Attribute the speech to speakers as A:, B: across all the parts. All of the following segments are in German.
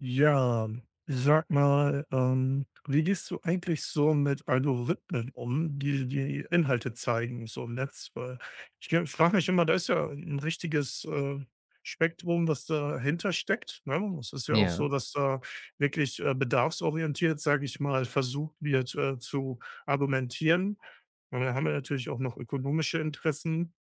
A: Ja, sag mal, wie gehst du eigentlich so mit Algorithmen um, die die Inhalte zeigen, so im Netz? Weil ich frage mich immer, da ist ja ein richtiges Spektrum, was dahinter steckt. Ne? Es ist ja auch
B: Ja.
A: so, dass da wirklich bedarfsorientiert, sage ich mal, versucht wird zu argumentieren. Und dann haben wir natürlich auch noch ökonomische Interessen,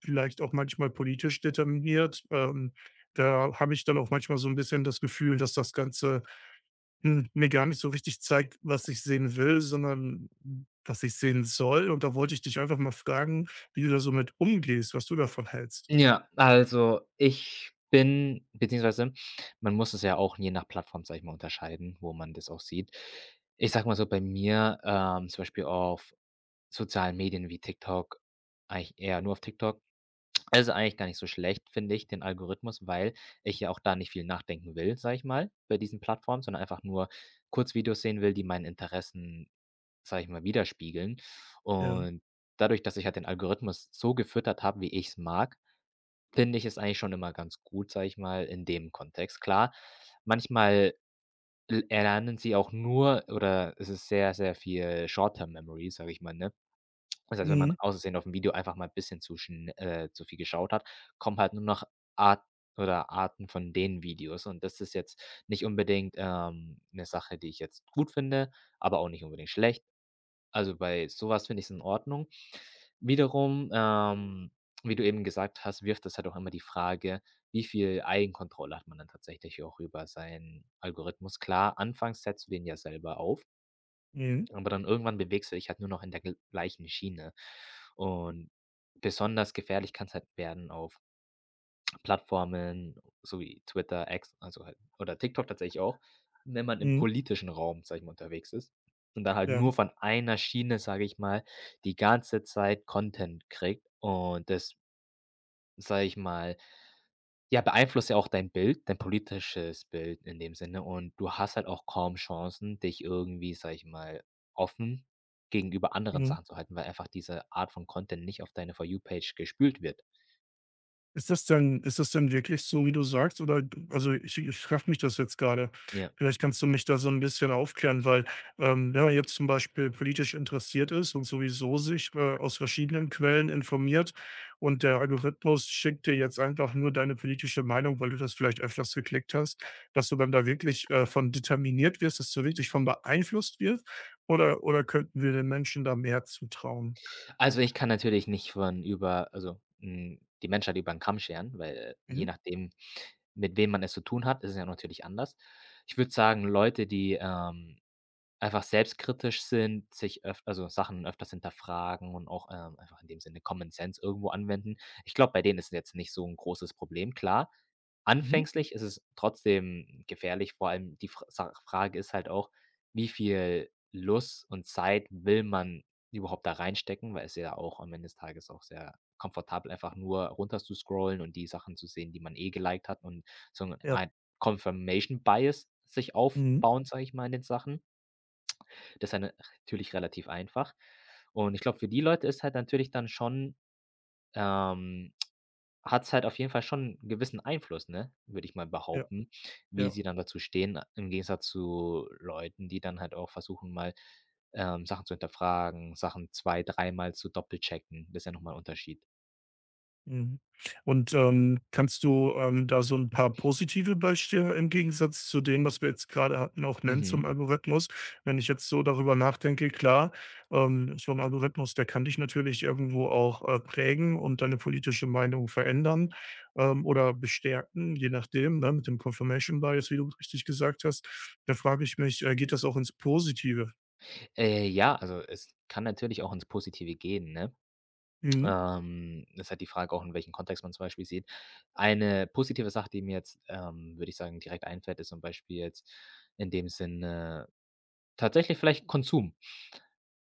A: vielleicht auch manchmal politisch determiniert. Da habe ich dann auch manchmal so ein bisschen das Gefühl, dass das Ganze mir gar nicht so richtig zeigt, was ich sehen will, sondern was ich sehen soll. Und da wollte ich dich einfach mal fragen, wie du da so mit umgehst, was du davon hältst?
B: Ja, also ich bin, beziehungsweise man muss es ja auch je nach Plattform, sage ich mal, unterscheiden, wo man das auch sieht. Ich sage mal so, bei mir, zum Beispiel auf sozialen Medien wie TikTok, eigentlich eher nur auf TikTok. Also eigentlich gar nicht so schlecht, finde ich, den Algorithmus, weil ich ja auch da nicht viel nachdenken will, sage ich mal, bei diesen Plattformen, sondern einfach nur Kurzvideos sehen will, die meinen Interessen, sage ich mal, widerspiegeln.
A: Ja.
B: Und dadurch, dass ich halt den Algorithmus so gefüttert habe, wie ich es mag, finde ich es eigentlich schon immer ganz gut, sage ich mal, in dem Kontext. Klar, manchmal l erlernen sie auch nur, oder es ist sehr, sehr viel Short-Term Memory, sage ich mal, ne? Das heißt, wenn man
A: Mhm.
B: aus auf aufm Video einfach mal ein bisschen zu viel geschaut hat, kommen halt nur noch Art oder Arten von den Videos, und das ist jetzt nicht unbedingt, 'ne Sache, die ich jetzt gut finde, aber auch nicht unbedingt schlecht. Also, bei sowas finde ich es in Ordnung. Wiederum, wie du eben gesagt hast, wirft das halt auch immer die Frage, wie viel Eigenkontrolle hat man dann tatsächlich auch über seinen Algorithmus? Klar, anfangs setzt du den ja selber auf,
A: Mhm.
B: aber dann irgendwann bewegst du dich halt nur noch in der gl gleichen Schiene. Und besonders gefährlich kann es halt werden auf Plattformen so wie Twitter, X, also halt, oder TikTok tatsächlich auch, wenn man im
A: Mhm.
B: politischen Raum, sage ich mal, unterwegs ist und dann halt
A: Ja.
B: nur von einer Schiene, sage ich mal, die ganze Zeit Content kriegt, und das, sage ich mal, ja, beeinflusst ja auch dein Bild, dein politisches Bild in dem Sinne, und du hast halt auch kaum Chancen, dich irgendwie, sage ich mal, offen gegenüber anderen
A: Mhm.
B: Sachen zu halten, weil einfach diese Art von Content nicht auf deine For You Page gespült wird.
A: Ist das denn wirklich so, wie du sagst? Oder also, ich frage mich das jetzt gerade.
B: Ja.
A: Vielleicht kannst du mich da so ein bisschen aufklären, weil, wenn man jetzt zum Beispiel politisch interessiert ist und sowieso sich, aus verschiedenen Quellen informiert und der Algorithmus schickt dir jetzt einfach nur deine politische Meinung, weil du das vielleicht öfters geklickt hast, dass du dann da wirklich von determiniert wirst, dass du wirklich von beeinflusst wirst? Oder könnten wir den Menschen da mehr zutrauen?
B: Also, ich kann natürlich nicht von über also, hm, die Menschheit über den Kamm scheren, weil, je
A: Mhm.
B: nachdem, mit wem man es zu tun hat, ist es ja natürlich anders. Ich würde sagen, Leute, die, einfach selbstkritisch sind, sich öf also Sachen öfters hinterfragen und auch, einfach in dem Sinne Common Sense irgendwo anwenden. Ich glaube, bei denen ist es jetzt nicht so ein großes Problem. Klar,
A: Mhm.
B: anfänglich ist es trotzdem gefährlich, vor allem die Frage ist halt auch, wie viel Lust und Zeit will man überhaupt da reinstecken, weil es ja auch am Ende des Tages auch sehr komfortabel einfach nur runter zu scrollen und die Sachen zu sehen, die man eh geliked hat, und so
A: Ja.
B: ein Confirmation Bias sich
A: Mhm.
B: aufbauen, sage ich mal, in den Sachen. Das ist ja dann natürlich relativ einfach. Und ich glaube, für die Leute ist halt natürlich dann schon, ähm, hat's halt auf jeden Fall schon 'n gewissen Einfluss, ne, würde ich mal
A: Mhm. Ja,
B: behaupten, wie
A: ja.
B: sie dann dazu stehen, im Gegensatz zu Leuten, die dann halt auch versuchen, mal, Sachen zu hinterfragen, Sachen zwei, dreimal zu doppelchecken. Das ist ja nochmal ein Unterschied.
A: Mhm. Und, kannst du, da so ein paar positive Beispiele im Gegensatz zu dem, was wir jetzt gerade hatten, auch nennen
B: Mhm.
A: zum Algorithmus? Wenn ich jetzt so darüber nachdenke, klar, so 'n Algorithmus, der kann dich natürlich irgendwo auch, prägen und deine politische Meinung verändern, oder bestärken, je nachdem, ne, mit dem Confirmation Bias, wie du richtig gesagt hast. Da frage ich mich, geht das auch ins Positive?
B: Ja, also, es kann natürlich auch ins Positive gehen, ne?
A: Mhm.
B: Ist halt die Frage auch, in welchem Kontext man zum Beispiel sieht. Eine positive Sache, die mir jetzt, würde ich sagen, direkt einfällt, ist zum Beispiel jetzt in dem Sinne tatsächlich vielleicht Konsum.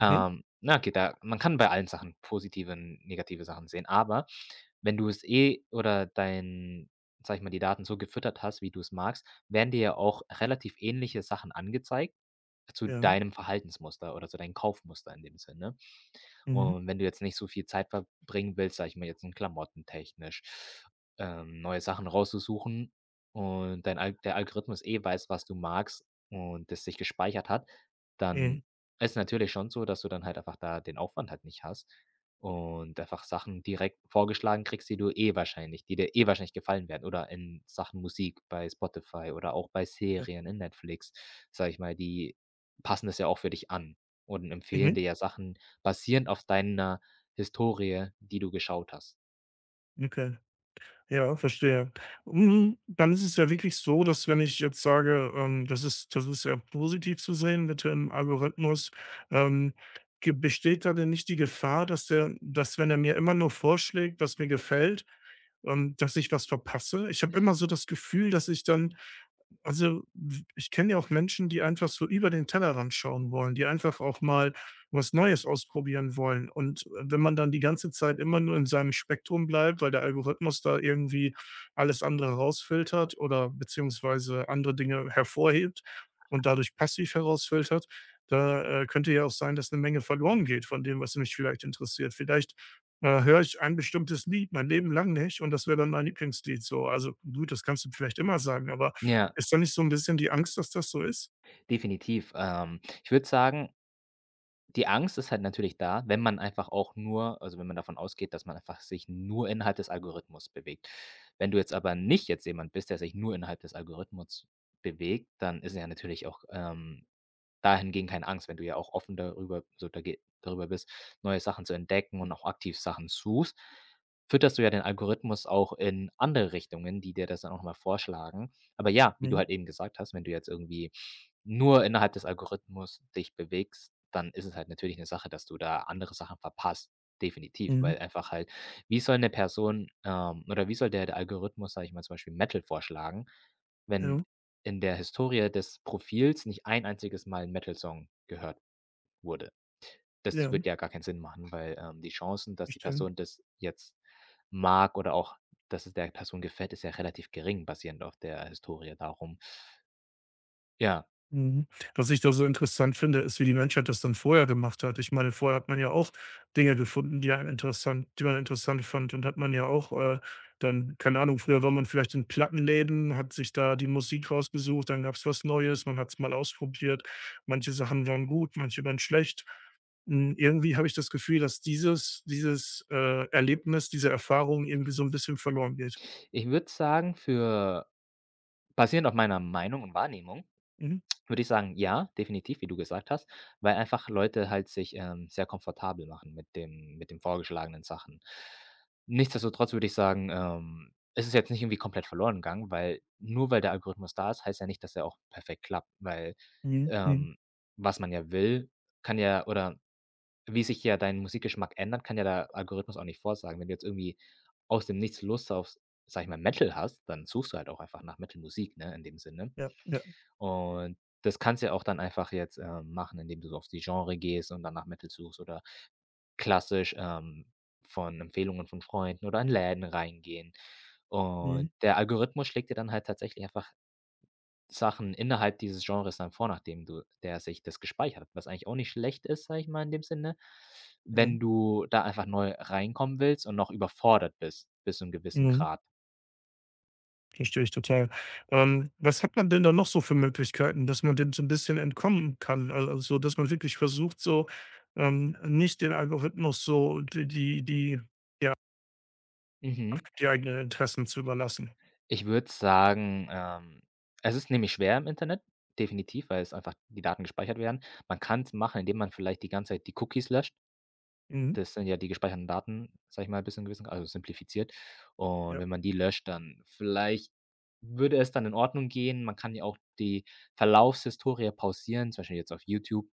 A: Mhm.
B: Na okay, da man kann bei allen Sachen positive und negative Sachen sehen, aber wenn du es eh, oder dein, sag ich mal, die Daten so gefüttert hast, wie du es magst, werden dir ja auch relativ ähnliche Sachen angezeigt zu
A: Ja.
B: deinem Verhaltensmuster oder zu deinem Kaufmuster in dem Sinne.
A: Mhm.
B: Und wenn du jetzt nicht so viel Zeit verbringen willst, sage ich mal jetzt in klamottentechnisch, neue Sachen rauszusuchen, und dein Al der Algorithmus eh weiß, was du magst und das sich gespeichert hat,
A: Mhm.
B: dann ist natürlich schon so, dass du dann halt einfach da den Aufwand halt nicht hast und einfach Sachen direkt vorgeschlagen kriegst, die dir eh wahrscheinlich gefallen werden, oder in Sachen Musik bei Spotify oder auch bei
A: Ja.
B: Serien in Netflix, sage ich mal, die passen das ja auch für dich an und empfehlen
A: Mhm.
B: dir ja Sachen basierend auf deiner Historie, die du geschaut hast.
A: Okay. Ja, verstehe. Dann ist es ja wirklich so, dass, wenn ich jetzt sage, das ist ja positiv zu sehen mit dem Algorithmus, ähm, ge besteht da denn nicht die Gefahr, dass, wenn er mir immer nur vorschlägt, was mir gefällt, dass ich was verpasse? Ich habe immer so das Gefühl, dass ich dann, also, w ich kenne ja auch Menschen, die einfach so über den Tellerrand schauen wollen, die einfach auch mal was Neues ausprobieren wollen. Und, wenn man dann die ganze Zeit immer nur in seinem Spektrum bleibt, weil der Algorithmus da irgendwie alles andere rausfiltert oder beziehungsweise andere Dinge hervorhebt und dadurch passiv herausfiltert, da, könnte ja auch sein, dass eine Menge verloren geht von dem, was mich vielleicht interessiert. Vielleicht, höre ich ein bestimmtes Lied mein Leben lang nicht, und das wäre dann mein Lieblingslied so. Also, gut, das kannst du vielleicht immer sagen, aber
B: Ja,
A: ist da nicht so 'n bisschen die Angst, dass das so ist?
B: definitiv. Ich würde sagen, die Angst ist halt natürlich da, wenn man einfach auch nur, also, wenn man davon ausgeht, dass man einfach sich nur innerhalb des Algorithmus bewegt. Wenn du jetzt aber nicht jetzt jemand bist, der sich nur innerhalb des Algorithmus bewegt, dann ist ja natürlich auch, dahingehend keine Angst, wenn du ja auch offen darüber, so dage darüber bist, neue Sachen zu entdecken und auch aktiv Sachen suchst, fütterst du ja den Algorithmus auch in andere Richtungen, die dir das dann auch noch mal vorschlagen. Aber ja, wie du
A: Mhm,
B: halt eben gesagt hast, wenn du jetzt irgendwie nur innerhalb des Algorithmus dich bewegst, dann ist es halt natürlich eine Sache, dass du da andere Sachen verpasst, definitiv,
A: mhm.
B: weil einfach halt, wie soll eine Person, oder wie soll der Algorithmus, sage ich mal, zum Beispiel Metal vorschlagen, wenn
A: Ja,
B: in der Historie des Profils nicht ein einziges Mal 'n Metal-Song gehört wurde. Das
A: ja,
B: wird ja gar keinen Sinn machen, weil, die Chancen, dass die
A: verstehe.
B: Person das jetzt mag oder auch, dass es der Person gefällt, ist ja relativ gering basierend auf der Historie darum. Ja,
A: Mhm. Was ich da so interessant finde, ist, wie die Menschheit das dann vorher gemacht hat. Ich meine, vorher hat man ja auch Dinge gefunden, die man interessant fand, und hat man ja auch, dann, keine Ahnung, früher war man vielleicht in Plattenläden, hat sich da die Musik rausgesucht, dann gab's was Neues, man hat's mal ausprobiert. Manche Sachen waren gut, manche waren schlecht. Irgendwie habe ich das Gefühl, dass dieses Erlebnis, diese Erfahrung irgendwie so 'n bisschen verloren geht.
B: ich würde sagen, für basierend auf meiner Meinung und Wahrnehmung
A: Mhm.
B: würde ich sagen, ja, definitiv, wie du gesagt hast, weil einfach Leute halt sich, sehr komfortabel machen mit den vorgeschlagenen Sachen. Nichtsdestotrotz würde ich sagen, es ist jetzt nicht irgendwie komplett verloren gegangen, weil nur weil der Algorithmus da ist, heißt ja nicht, dass er auch perfekt klappt, weil,
A: Mhm, mhm.
B: ähm, was man ja will, kann ja, oder wie sich ja dein Musikgeschmack ändert, kann ja der Algorithmus auch nicht vorsagen. Wenn du jetzt irgendwie aus dem Nichts Lust auf, sag ich mal, Metal hast, dann suchst du halt auch einfach nach Metal-Musik, ne, in dem Sinne.
A: Ja, ja,
B: Und das kannst du ja auch dann einfach jetzt, machen, indem du so auf die Genre gehst und danach nach Metal suchst, oder klassisch, von Empfehlungen von Freunden oder in Läden reingehen.
A: mhm,
B: Und der Algorithmus schlägt dir dann halt tatsächlich einfach Sachen innerhalb dieses Genres dann vor, nachdem du der sich das gespeichert hat, was eigentlich auch nicht schlecht ist, sage ich mal in dem Sinne,
A: ja,
B: wenn du da einfach neu reinkommen willst und noch überfordert bist bis zu einem gewissen
A: mhm.
B: Grad.
A: Verstehe ich total. Was hat man denn da noch so für Möglichkeiten, dass man dem so 'n bisschen entkommen kann? Al Also, dass man wirklich versucht, so, nicht den Algorithmus so die die die
B: Mhm.
A: die eigenen Interessen zu überlassen.
B: Ich würde sagen, es ist nämlich schwer im Internet, definitiv, weil es einfach die Daten gespeichert werden. Man kann es machen, indem man vielleicht die ganze Zeit die Cookies löscht.
A: Mhm,
B: Das sind ja die gespeicherten Daten, sage ich mal, bis zu 'nem gewissen, also simplifiziert. Und
A: ja,
B: wenn man die löscht, dann vielleicht würde es dann in Ordnung gehen. Man kann ja auch die Verlaufshistorie pausieren, zum Beispiel jetzt auf YouTube,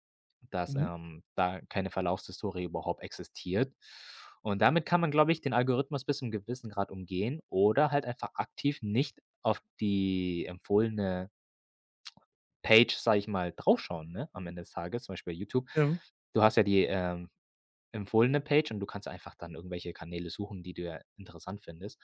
B: dass,
A: mhm,
B: da keine Verlaufshistorie überhaupt existiert. Und damit kann man, glaube ich, den Algorithmus bis zum gewissen Grad umgehen, oder halt einfach aktiv nicht auf die empfohlene Page, sage ich mal, draufschauen, ne, am Ende des Tages, zum Beispiel bei YouTube.
A: ja,
B: Du hast ja die, empfohlene Page, und du kannst einfach dann irgendwelche Kanäle suchen, die du ja interessant findest,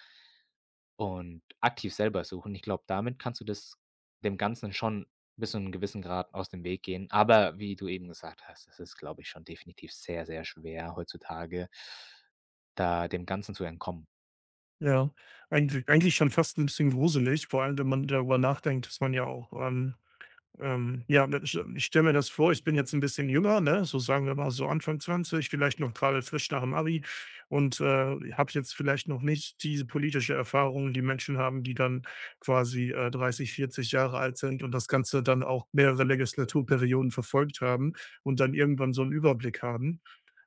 B: und aktiv selber suchen. Ich glaube, damit kannst du das, dem Ganzen schon bis zu einem gewissen Grad aus dem Weg gehen. Aber wie du eben gesagt hast, es ist, glaube ich, schon definitiv sehr, sehr schwer heutzutage, da dem Ganzen zu entkommen.
A: ja. Eigentlich schon fast 'n bisschen gruselig, vor allem, wenn man darüber nachdenkt, dass man ja auch, ja, ne, ich stelle mir das vor, ich bin jetzt ein bisschen jünger, ne, so sagen wir mal so Anfang 20, vielleicht noch gerade frisch nach dem Abi, und, habe jetzt vielleicht noch nicht diese politische Erfahrung, die Menschen haben, die dann quasi, 30, 40 Jahre alt sind und das Ganze dann auch mehrere Legislaturperioden verfolgt haben und dann irgendwann so einen Überblick haben,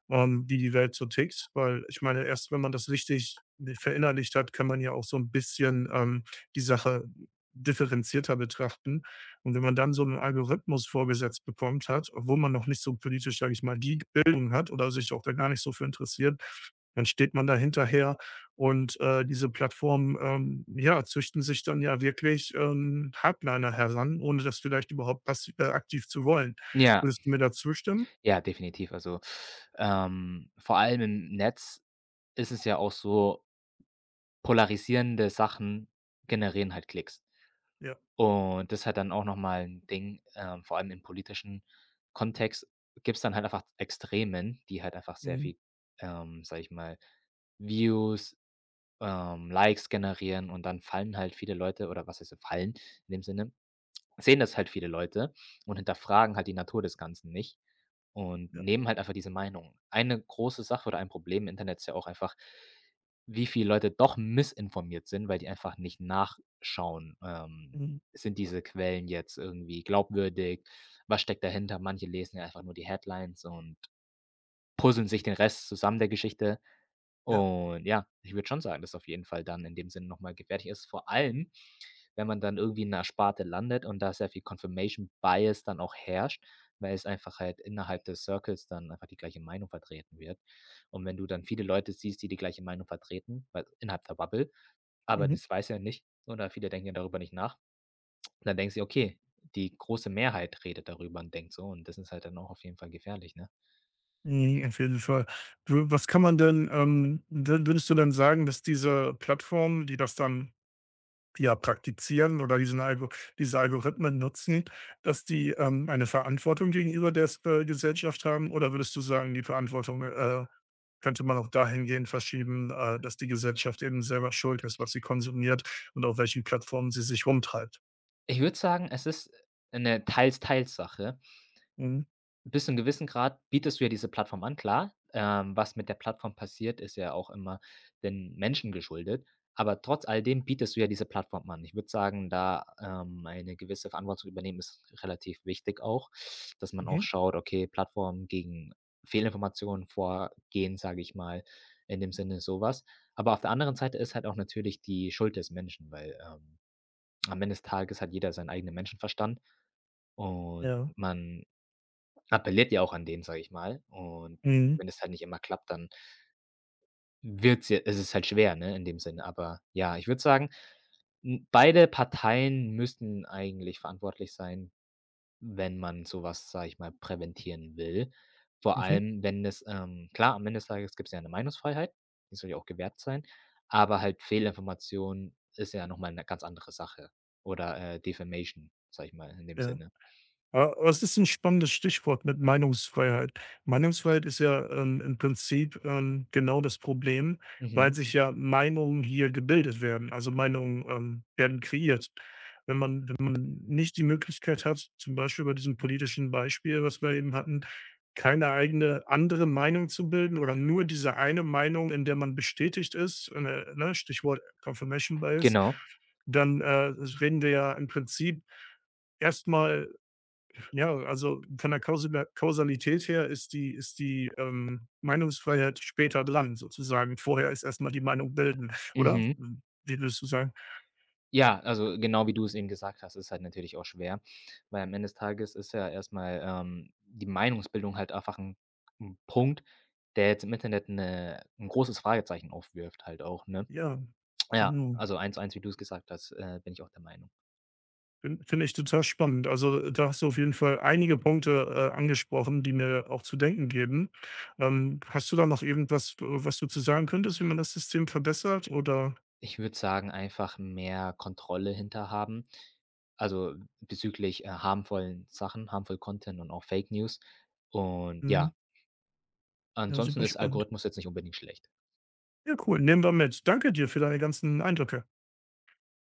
A: wie die Welt so tickt, weil ich meine, erst wenn man das richtig verinnerlicht hat, kann man ja auch so ein bisschen, die Sache differenzierter betrachten. Und wenn man dann so einen Algorithmus vorgesetzt bekommt hat, obwohl man noch nicht so politisch, sage ich mal, die Bildung hat oder sich auch da gar nicht so für interessiert, dann steht man da hinterher und, diese Plattformen, ja, züchten sich dann ja wirklich, Hardliner heran, ohne das vielleicht überhaupt passi aktiv zu wollen.
B: Ja,
A: Würdest du mir da zustimmen?
B: ja, definitiv. Also, vor allem im Netz ist es ja auch so, polarisierende Sachen generieren halt Klicks.
A: Ja.
B: Und das ist halt dann auch noch mal 'n Ding, vor allem im politischen Kontext gibt es dann halt einfach Extremen, die halt einfach sehr
A: Mhm.
B: viel, sage ich mal, Views, Likes generieren, und dann fallen halt viele Leute, oder was heißt fallen in dem Sinne, sehen das halt viele Leute und hinterfragen halt die Natur des Ganzen nicht und
A: Ja.
B: nehmen halt einfach diese Meinung. Eine große Sache oder ein Problem im Internet ist ja auch einfach, wie viele Leute doch missinformiert sind, weil die einfach nicht nachschauen.
A: Mhm.
B: Sind diese Quellen jetzt irgendwie glaubwürdig? Was steckt dahinter? Manche lesen ja einfach nur die Headlines und puzzeln sich den Rest zusammen der Geschichte.
A: Ja.
B: Und ja, ich würde schon sagen, dass auf jeden Fall dann in dem Sinne nochmal mal gefährlich ist. Vor allem, wenn man dann irgendwie in 'ner Sparte landet und da sehr viel Confirmation Bias dann auch herrscht, weil es einfach halt innerhalb des Circles dann einfach die gleiche Meinung vertreten wird. Und wenn du dann viele Leute siehst, die die gleiche Meinung vertreten, weil innerhalb der Bubble, aber
A: Mhm.
B: das weiß ja nicht oder viele denken ja darüber nicht nach. Dann denkst du ja: „Okay, die große Mehrheit redet darüber und denkt so“, und das ist halt dann auch auf jeden Fall gefährlich, ne?
A: Mhm. Auf jeden Fall. W Was kann man denn, würdest du denn sagen, dass diese Plattformen, die das dann, ja, praktizieren oder diese Algorithmen nutzen, dass die, eine Verantwortung gegenüber der Gesellschaft haben? Oder würdest du sagen, die Verantwortung, könnte man auch dahingehend verschieben, dass die Gesellschaft eben selber schuld ist, was sie konsumiert und auf welchen Plattformen sie sich rumtreibt?
B: Ich würde sagen, es ist eine Teils-Teils-Sache.
A: Mhm.
B: Bis zu 'nem gewissen Grad bietest du ja diese Plattform an, klar. Was mit der Plattform passiert, ist ja auch immer den Menschen geschuldet. Aber trotz alledem bietest du ja diese Plattform an. Ich würde sagen, da, eine gewisse Verantwortung übernehmen, ist relativ wichtig auch, dass man auch
A: Mhm.
B: schaut, okay, Plattformen gegen Fehlinformationen vorgehen, sage ich mal, in dem Sinne so was. Aber auf der anderen Seite ist halt auch natürlich die Schuld des Menschen, weil, am Ende des Tages hat jeder seinen eigenen Menschenverstand, und
A: Ja.
B: man appelliert ja auch an den, sage ich mal. Und
A: Mhm.
B: wenn es halt nicht immer klappt, dann wird's ja, es ist halt schwer, ne, in dem Sinne. Aber ja, ich würde sagen, hm, beide Parteien müssten eigentlich verantwortlich sein, wenn man sowas, sage ich mal, präventieren will. Vor
A: Mhm.
B: allem, wenn es klar, am Ende des Tages gibt's ja eine Meinungsfreiheit, die soll ja auch gewährt sein, aber halt Fehlinformation ist ja noch mal 'ne ganz andere Sache oder, Defamation, sage ich mal, in dem
A: Ja.
B: Sinne.
A: Ja, aber es ist ein spannendes Stichwort mit Meinungsfreiheit. Meinungsfreiheit ist ja, im Prinzip, genau das Problem, weil
B: Mhm,
A: sich ja Meinungen hier gebildet werden. Also, Meinungen, werden kreiert. Wenn man nicht die Möglichkeit hat, zum Beispiel bei diesem politischen Beispiel, was wir eben hatten, keine eigene andere Meinung zu bilden oder nur diese eine Meinung, in der man bestätigt ist, ne, ne, Stichwort Confirmation Bias,
B: genau.
A: dann, reden wir ja im Prinzip, erstmal, ja, also von der Kausala Kausalität her ist die, Meinungsfreiheit später dran, sozusagen. Vorher ist erst mal die Meinung bilden, oder?
B: Mhm.
A: Wie würdest du sagen?
B: Ja, also genau wie du es eben gesagt hast, ist halt natürlich auch schwer, weil am Ende des Tages ist ja erstmal, die Meinungsbildung halt einfach ein 'n Punkt, der jetzt im Internet 'n großes Fragezeichen aufwirft halt auch, ne?
A: Ja,
B: Ja,
A: genau.
B: also eins zu eins, wie du es gesagt hast, bin ich auch der Meinung.
A: Finde ich total spannend. Also, da hast du auf jeden Fall einige Punkte, angesprochen, die mir auch zu denken geben. Hast du da noch irgendwas, w was du zu sagen könntest, wie man das System verbessert oder?
B: Ich würde sagen, einfach mehr Kontrolle hinter haben, also bezüglich, harmvollen Sachen, harmful Content und auch Fake News. Und
A: Mhm,
B: ja,
A: ja,
B: ansonsten
A: super
B: ist
A: spannend.
B: Algorithmus jetzt nicht unbedingt schlecht.
A: Ja, cool. Nehmen wir mit. Danke dir für deine ganzen Eindrücke.